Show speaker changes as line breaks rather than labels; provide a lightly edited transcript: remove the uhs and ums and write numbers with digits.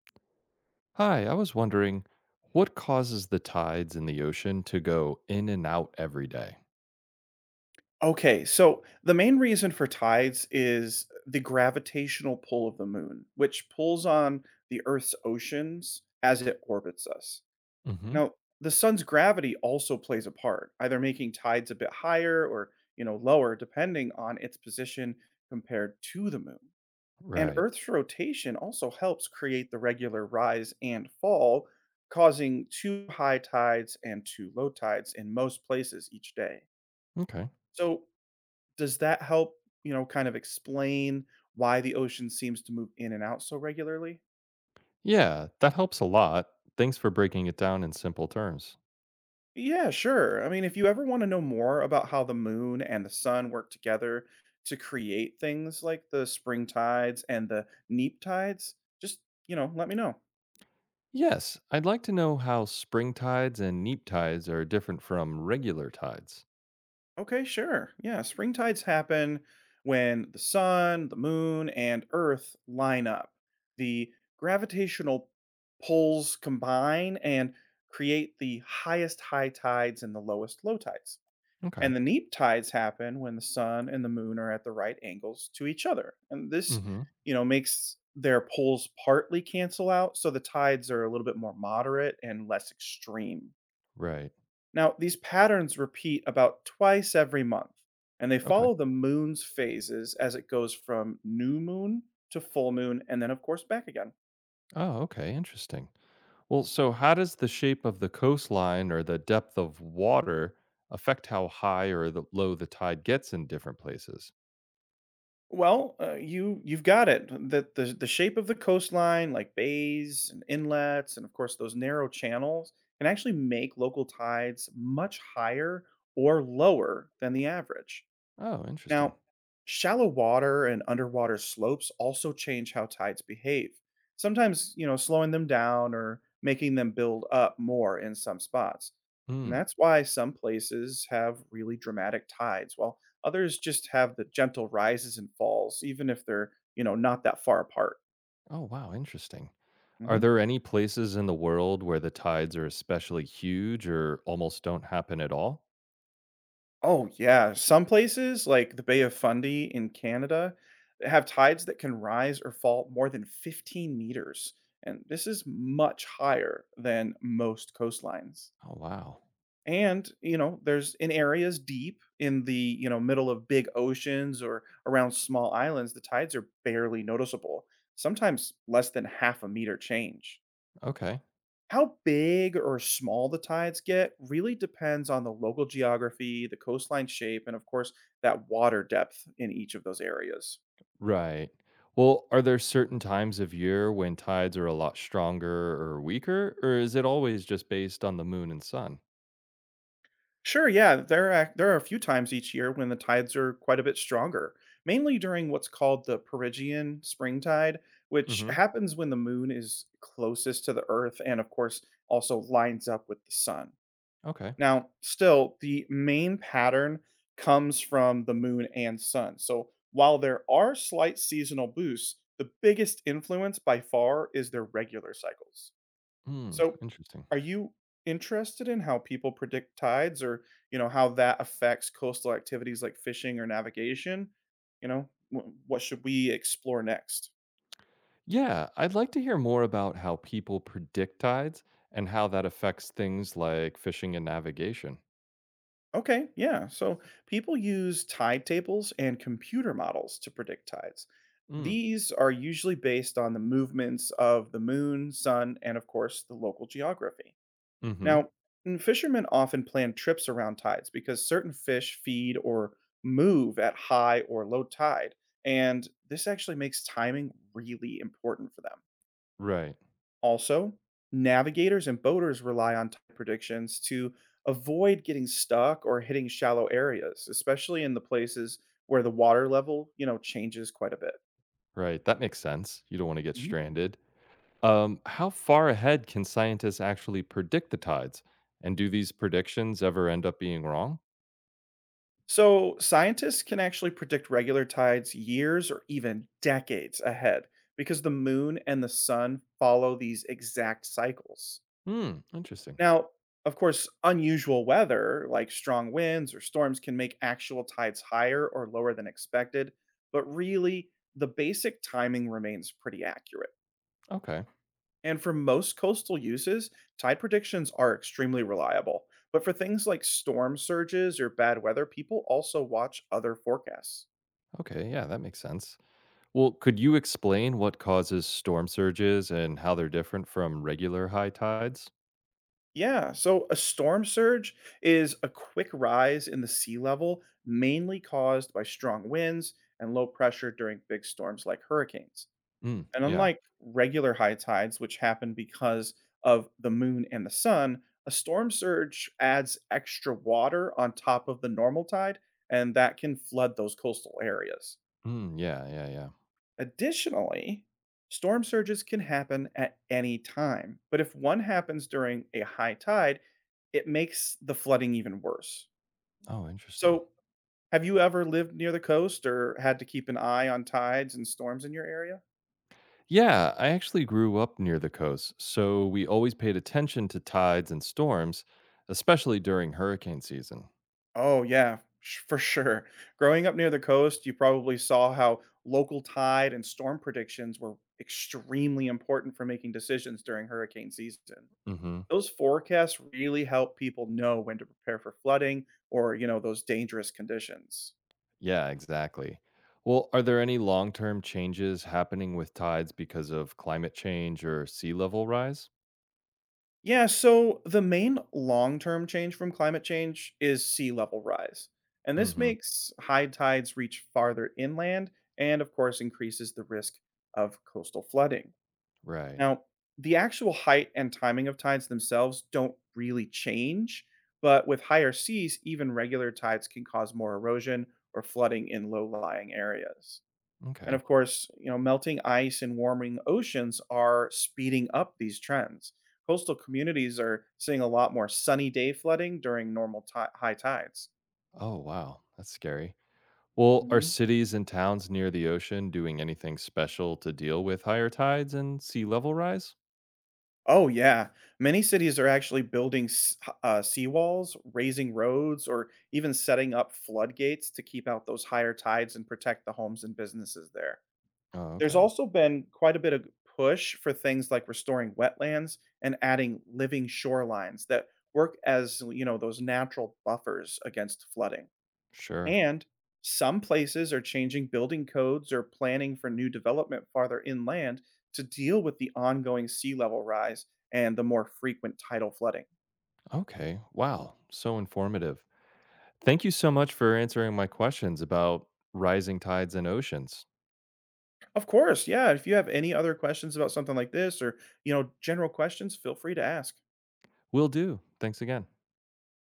Hi, I was wondering what causes the tides in the ocean to go in and out every day?
Okay, so the main reason for tides is the gravitational pull of the moon, which pulls on the Earth's oceans as it orbits us.
Mm-hmm.
Now, the sun's gravity also plays a part, either making tides a bit higher or, you know, lower depending on its position compared to the moon. And
Right.
Earth's rotation also helps create the regular rise and fall, causing two high tides and two low tides in most places each day.
Okay.
So does that help kind of explain why the ocean seems to move in and out so regularly?
Yeah, that helps a lot. Thanks for breaking it down in simple terms.
Yeah, sure. I mean, if you ever want to know more about how the moon and the sun work together to create things like the spring tides and the neap tides, just let me know.
Yes, I'd like to know how spring tides and neap tides are different from regular tides.
Okay, sure. Yeah, spring tides happen when the sun, the moon, and Earth line up. The gravitational pulls combine and create the highest high tides and the lowest low tides.
Okay.
And the neap tides happen when the sun and the moon are at the right angles to each other. And this
Mm-hmm.
makes their poles partly cancel out so the tides are a little bit more moderate and less extreme.
Right.
Now, these patterns repeat about twice every month, and they
Okay.
follow the moon's phases as it goes from new moon to full moon, and then of course back again.
Oh, okay. Interesting. Well, so how does the shape of the coastline or the depth of water affect how high or the low the tide gets in different places?
Well, you've got it. That the shape of the coastline, like bays and inlets, and of course those narrow channels, can actually make local tides much higher or lower than the average.
Oh, interesting.
Now, shallow water and underwater slopes also change how tides behave, sometimes slowing them down or making them build up more in some spots. And
Mm.
that's why some places have really dramatic tides, while others just have the gentle rises and falls, even if they're not that far apart.
Oh, wow, interesting. Are
Mhm.
there any places in the world where the tides are especially huge or almost don't happen at all?
Oh, yeah. Some places, like the Bay of Fundy in Canada, have tides that can rise or fall more than 15 meters. And this is much higher than most coastlines.
Oh, wow.
And there's in areas deep in the middle of big oceans or around small islands, the tides are barely noticeable, sometimes less than half a meter change.
Okay.
How big or small the tides get really depends on the local geography, the coastline shape, and of course, that water depth in each of those areas.
Right. Well, are there certain times of year when tides are a lot stronger or weaker, or is it always just based on the moon and sun?
Sure, yeah, there are a few times each year when the tides are quite a bit stronger, mainly during what's called the Perigean spring tide, which
Hmm.
happens when the moon is closest to the earth and, of course, also lines up with the sun.
Okay.
Now, still, the main pattern comes from the moon and sun. So, while there are slight seasonal boosts, the biggest influence by far is their regular cycles.
Hmm.
So,
Interesting.
are you interested in how people predict tides or how that affects coastal activities like fishing or navigation? What should we explore next?
Yeah, I'd like to hear more about how people predict tides and how that affects things like fishing and navigation.
Okay, yeah. So people use tide tables and computer models to predict tides.
Mm.
These are usually based on the movements of the moon, sun, and of course the local geography.
Hmm.
Now, fishermen often plan trips around tides because certain fish feed or move at high or low tide, and this actually makes timing really important for them.
Right,
Also, navigators and boaters rely on tide predictions to avoid getting stuck or hitting shallow areas, especially in the places where the water level changes quite a bit.
right. That makes sense. You don't want to get
Mhm.
stranded. How far ahead can scientists actually predict the tides? And do these predictions ever end up being wrong?
So, scientists can actually predict regular tides years or even decades ahead because the moon and the sun follow these exact cycles.
Hmm, interesting.
Now, of course, unusual weather like strong winds or storms can make actual tides higher or lower than expected, but really, the basic timing remains pretty accurate.
Okay,
And for most coastal uses, tide predictions are extremely reliable. But for things like storm surges or bad weather, people also watch other forecasts.
okay. Yeah, that makes sense. Well, could you explain what causes storm surges and how they're different from regular high tides?
Yeah, so a storm surge is a quick rise in the sea level, mainly caused by strong winds and low pressure during big storms like hurricanes.
Hmm,
And
yeah.
unlike regular high tides, which happen because of the moon and the sun, a storm surge adds extra water on top of the normal tide, and that can flood those coastal areas.
Hmm, yeah, yeah, yeah.
Additionally, storm surges can happen at any time, but if one happens during a high tide, it makes the flooding even worse.
Oh, interesting.
So, have you ever lived near the coast or had to keep an eye on tides and storms in your area?
Yeah, I actually grew up near the coast, so we always paid attention to tides and storms, especially during hurricane season.
Oh, yeah, sh for sure. Growing up near the coast, you probably saw how local tide and storm predictions were extremely important for making decisions during hurricane season.
Mhm.
Those forecasts really help people know when to prepare for flooding or those dangerous conditions.
Yeah, exactly. Well, are there any long-term changes happening with tides because of climate change or sea level rise?
Yeah, so the main long term change from climate change is sea level rise. And this
Mhm.
makes high tides reach farther inland and, of course, increases the risk of coastal flooding.
Right.
Now, the actual height and timing of tides themselves don't really change, but with higher seas, even regular tides can cause more erosion or flooding in low-lying areas. And
Okay.
of course melting ice and warming oceans are speeding up these trends. Coastal communities are seeing a lot more sunny day flooding during normal high tides.
Oh, wow. That's scary. Well, are
Mhm.
cities and towns near the ocean doing anything special to deal with higher tides and sea level rise?
Oh, yeah. Many cities are actually building seawalls, raising roads, or even setting up floodgates to keep out those higher tides and protect the homes and businesses there.
Oh,
There's
okay.
also been quite a bit of push for things like restoring wetlands and adding living shorelines that work as those natural buffers against flooding.
Sure.
And some places are changing building codes or planning for new development farther inland to deal with the ongoing sea level rise and the more frequent tidal flooding.
Okay. Wow. So informative. Thank you so much for answering my questions about rising tides and oceans.
Of course, yeah, if you have any other questions about something like this or general questions, feel free to ask.
Will do. Thanks again.